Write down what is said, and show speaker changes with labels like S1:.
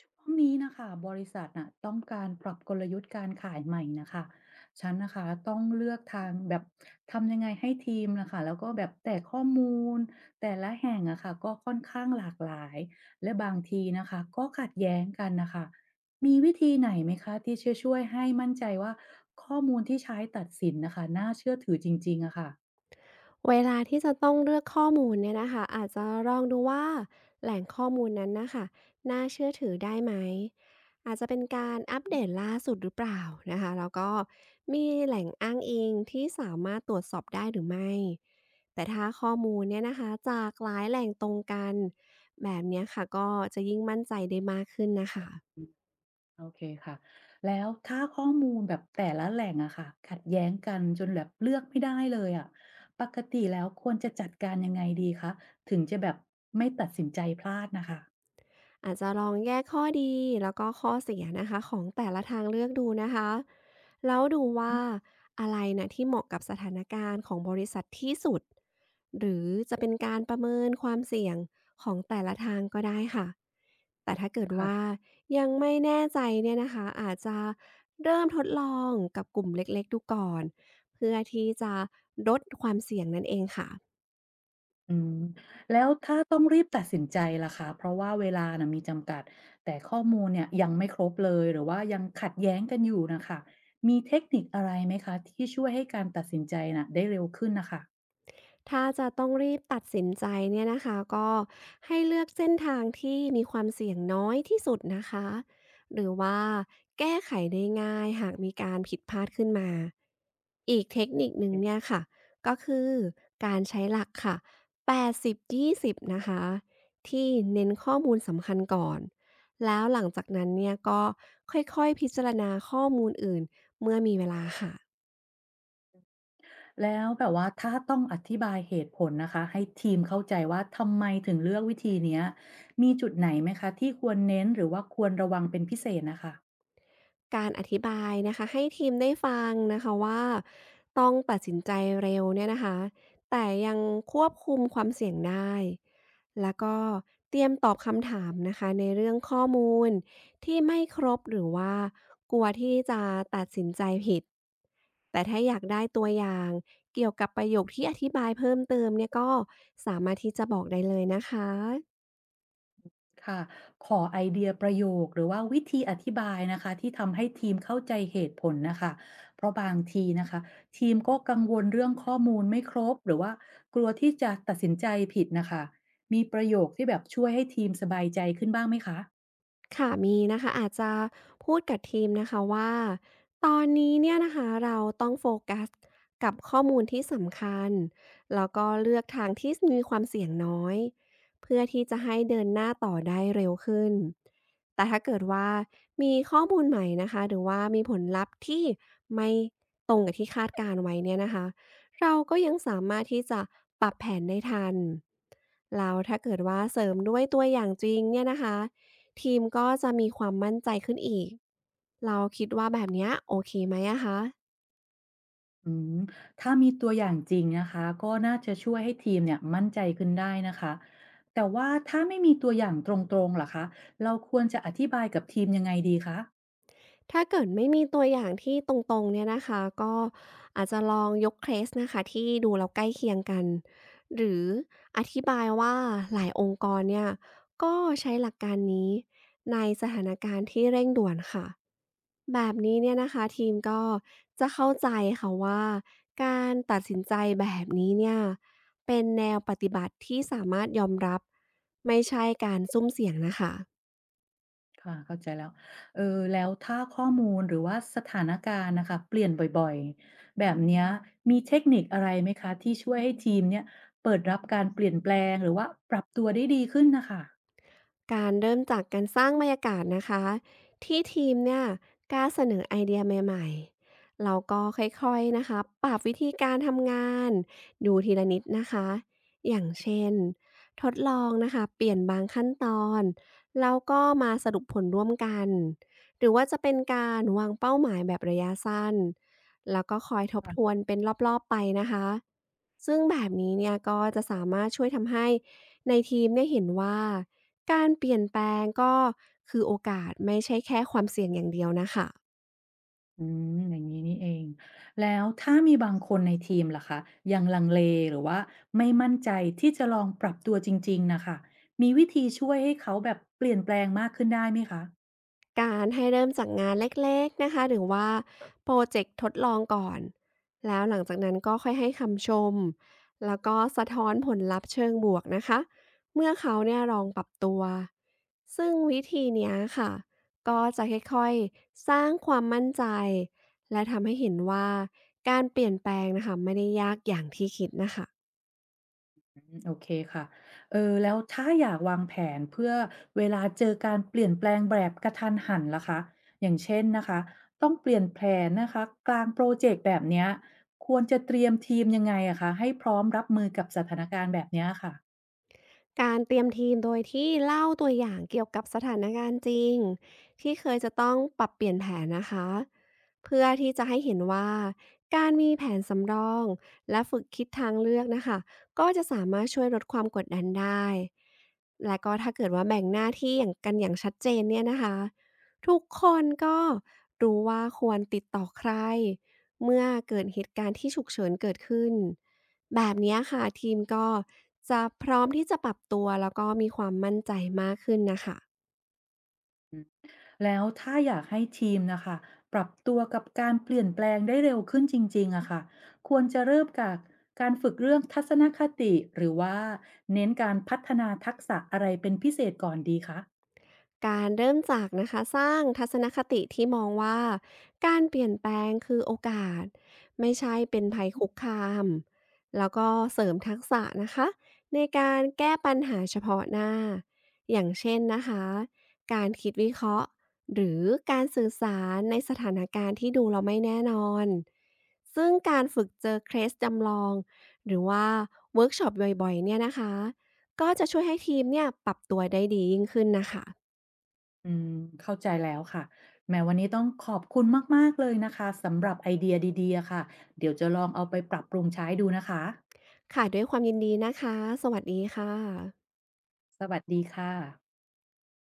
S1: ช่วงนี้นะคะบริษัทน่ะต้องการปรับกลยุทธ์การขายใหม่นะคะฉันนะคะต้องเลือกทางแบบทำยังไงให้ทีมนะคะแล้วก็แบบแต่ข้อมูลแต่ละแห่งอะค่ะก็ค่อนข้างหลากหลายและบางทีนะคะก็ขัดแย้งกันนะคะมีวิธีไหนไหมคะที่จะช่วยให้มั่นใจว่าข้อมูลที่ใช้ตัดสินน่ะคะน่าเชื่อถือจริงๆอะค่ะ
S2: เวลาที่จะต้องเลือกข้อมูลเนี่ยนะคะอาจจะลองดูว่าแหล่งข้อมูลนั้นนะคะน่าเชื่อถือได้ไหมอาจจะเป็นการอัปเดตล่าสุดหรือเปล่านะคะแล้วก็มีแหล่งอ้างอิงที่สามารถตรวจสอบได้หรือไม่แต่ถ้าข้อมูลเนี่ยนะคะจากหลายแหล่งตรงกันแบบเนี้ยค่ะก็จะยิ่งมั่นใจได้มากขึ้นนะคะ
S1: โอเคค่ะแล้วถ้าข้อมูลแบบแต่ละแหล่งอะค่ะขัดแย้งกันจนแบบเลือกไม่ได้เลยอะปกติแล้วควรจะจัดการยังไงดีคะถึงจะแบบไม่ตัดสินใจพลาดนะคะ
S2: อาจจะลองแยกข้อดีแล้วก็ข้อเสียนะคะของแต่ละทางเลือกดูนะคะแล้วดูว่า
S1: อืม
S2: อะไรนะที่เหมาะกับสถานการณ์ของบริษัทที่สุดหรือจะเป็นการประเมินความเสี่ยงของแต่ละทางก็ได้ค่ะแต่ถ้าเกิดว่า
S1: ค่ะ
S2: ยังไม่แน่ใจเนี่ยนะคะอาจจะเริ่มทดลองกับกลุ่มเล็กๆดูก่อนเพื่อที่จะลดความเสี่ยงนั่นเองค่ะ
S1: อืมแล้วถ้าต้องรีบตัดสินใจล่ะคะเพราะว่าเวลานะมีจำกัด แต่ข้อมูลเนี่ยยังไม่ครบเลยหรือว่ายังขัดแย้งกันอยู่นะคะมีเทคนิคอะไรไหมคะที่ช่วยให้การตัดสินใจน่ะได้เร็วขึ้นนะคะ
S2: ถ้าจะต้องรีบตัดสินใจเนี่ยนะคะก็ให้เลือกเส้นทางที่มีความเสี่ยงน้อยที่สุดนะคะหรือว่าแก้ไขได้ง่ายหากมีการผิดพลาดขึ้นมาอีกเทคนิคหนึ่งเนี่ยค่ะก็คือการใช้หลักค่ะ80 20นะคะที่เน้นข้อมูลสำคัญก่อนแล้วหลังจากนั้นเนี่ยก็ค่อยๆพิจารณาข้อมูลอื่นเมื่อมีเวลาค่ะ
S1: แล้วแบบว่าถ้าต้องอธิบายเหตุผลนะคะให้ทีมเข้าใจว่าทำไมถึงเลือกวิธีเนี้ยมีจุดไหนไหมคะที่ควรเน้นหรือว่าควรระวังเป็นพิเศษนะคะ
S2: การอธิบายนะคะให้ทีมได้ฟังนะคะว่าต้องตัดสินใจเร็วเนี่ยนะคะแต่ยังควบคุมความเสี่ยงได้แล้วก็เตรียมตอบคำถามนะคะในเรื่องข้อมูลที่ไม่ครบหรือว่ากลัวที่จะตัดสินใจผิดแต่ถ้าอยากได้ตัวอย่างเกี่ยวกับประโยคที่อธิบายเพิ่มเติมเนี่ยก็สามารถที่จะบอกได้เลยนะคะ
S1: ค่ะขอไอเดียประโยคหรือว่าวิธีอธิบายนะคะที่ทำให้ทีมเข้าใจเหตุผลนะคะเพราะบางทีนะคะทีมก็กังวลเรื่องข้อมูลไม่ครบหรือว่ากลัวที่จะตัดสินใจผิดนะคะมีประโยคที่แบบช่วยให้ทีมสบายใจขึ้นบ้างไหมคะ
S2: ค่ะมีนะคะอาจจะพูดกับทีมนะคะว่าตอนนี้เนี่ยนะคะเราต้องโฟกัสกับข้อมูลที่สำคัญแล้วก็เลือกทางที่มีความเสี่ยงน้อยเพื่อที่จะให้เดินหน้าต่อได้เร็วขึ้นแต่ถ้าเกิดว่ามีข้อมูลใหม่นะคะหรือว่ามีผลลัพธ์ที่ไม่ตรงกับที่คาดการไว้เนี่ยนะคะเราก็ยังสามารถที่จะปรับแผนได้ทันแล้วถ้าเกิดว่าเสริมด้วยตัวอย่างจริงเนี่ยนะคะ ทีมก็จะมีความมั่นใจขึ้นอีก เราคิดว่าแบบเนี้ยโอเคไหมอะคะ
S1: อืมถ้ามีตัวอย่างจริงนะคะก็น่าจะช่วยให้ทีมเนี่ยมั่นใจขึ้นได้นะคะแต่ว่าถ้าไม่มีตัวอย่างตรงๆล่ะคะเราควรจะอธิบายกับทีมยังไงดีคะ
S2: ถ้าเกิดไม่มีตัวอย่างที่ตรงๆเนี่ยนะคะก็อาจจะลองยกเคสนะคะที่ดูแล้วใกล้เคียงกันหรืออธิบายว่าหลายองค์กรเนี่ยก็ใช้หลักการนี้ในสถานการณ์ที่เร่งด่วนค่ะแบบนี้เนี่ยนะคะทีมก็จะเข้าใจค่ะว่าการตัดสินใจแบบนี้เนี่ยเป็นแนวปฏิบัติที่สามารถยอมรับไม่ใช่การซุ่มเสี่ยงนะคะ
S1: ค่ะเข้าใจแล้วเออแล้วถ้าข้อมูลหรือว่าสถานการณ์นะคะเปลี่ยนบ่อยๆแบบเนี้ยมีเทคนิคอะไรไหมคะที่ช่วยให้ทีมเนี่ยเปิดรับการเปลี่ยนแปลงหรือว่าปรับตัวได้ดีขึ้นนะคะ
S2: การเริ่มจากการสร้างบรรยากาศนะคะที่ทีมเนี่ยกล้าเสนอไอเดียใหม่ๆเราก็ค่อยๆนะคะปรับวิธีการทำงานดูทีละนิดนะคะอย่างเช่นทดลองนะคะเปลี่ยนบางขั้นตอนแล้วก็มาสรุปผลร่วมกันหรือว่าจะเป็นการวางเป้าหมายแบบระยะสั้นแล้วก็คอยทบทวนเป็นรอบๆไปนะคะซึ่งแบบนี้เนี่ยก็จะสามารถช่วยทำให้ในทีมเนี่ยเห็นว่า การเปลี่ยนแปลงก็คือโอกาสไม่ใช่แค่ความเสี่ยงอย่างเดียวนะคะ
S1: อืมอย่างนี้นี่เองแล้วถ้ามีบางคนในทีมล่ะคะยังลังเลหรือว่าไม่มั่นใจที่จะลองปรับตัวจริงๆนะคะมีวิธีช่วยให้เขาแบบเปลี่ยนแปลงมากขึ้นได้ไหมคะ
S2: การให้เริ่มจากงานเล็กๆนะคะหรือว่าโปรเจกต์ทดลองก่อนแล้วหลังจากนั้นก็ค่อยให้คำชมแล้วก็สะท้อนผลลัพธ์เชิงบวกนะคะเมื่อเขาเนี่ยลองปรับตัวซึ่งวิธีเนี้ยค่ะก็จะค่อยๆสร้างความมั่นใจและทำให้เห็นว่าการเปลี่ยนแปลงนะคะไม่ได้ยากอย่างที่คิดนะคะ
S1: อืมโอเคค่ะเออแล้วถ้าอยากวางแผนเพื่อเวลาเจอการเปลี่ยนแปลงแบบกระทันหันล่ะคะอย่างเช่นนะคะต้องเปลี่ยนแผนนะคะกลางโปรเจกต์แบบเนี้ยควรจะเตรียมทีมยังไงอะคะให้พร้อมรับมือกับสถานการณ์แบบเนี้ยค่ะ
S2: การเตรียมทีมโดยที่เล่าตัวอย่างเกี่ยวกับสถานการณ์จริงที่เคยจะต้องปรับเปลี่ยนแผนนะคะเพื่อที่จะให้เห็นว่าการมีแผนสำรองและฝึกคิดทางเลือกนะคะก็จะสามารถช่วยลดความกดดันได้และก็ถ้าเกิดว่าแบ่งหน้าที่อย่างกันอย่างชัดเจนเนี่ยนะคะทุกคนก็รู้ว่าควรติดต่อใครเมื่อเกิดเหตุการณ์ที่ฉุกเฉินเกิดขึ้น แบบเนี้ยค่ะทีมก็จะพร้อมที่จะปรับตัวแล้วก็มีความมั่นใจมากขึ้นนะคะ
S1: แล้วถ้าอยากให้ทีมนะคะปรับตัวกับการเปลี่ยนแปลงได้เร็วขึ้นจริงๆอะค่ะควรจะเริ่มกับการฝึกเรื่องทัศนคติหรือว่าเน้นการพัฒนาทักษะอะไรเป็นพิเศษก่อนดีคะ
S2: การเริ่มจากนะคะสร้างทัศนคติที่มองว่าการเปลี่ยนแปลงคือโอกาสไม่ใช่เป็นภัยคุกคามแล้วก็เสริมทักษะนะคะในการแก้ปัญหาเฉพาะหน้าอย่างเช่นนะคะการคิดวิเคราะห์หรือการสื่อสารในสถานการณ์ที่ดูเราไม่แน่นอนซึ่งการฝึกเจอเคสจำลองหรือว่าเวิร์กช็อปบ่อยๆเนี่ยนะคะก็จะช่วยให้ทีมเนี่ยปรับตัวได้ดียิ่งขึ้นนะคะ
S1: อืมเข้าใจแล้วค่ะแม้วันนี้ต้องขอบคุณมากๆเลยนะคะสำหรับไอเดียดีๆอะค่ะเดี๋ยวจะลองเอาไปปรับปรุงใช้ดูนะคะ
S2: ค่ะด้วยความยินดีนะคะสวัสดีค่ะ
S1: สวัสดีค่ะ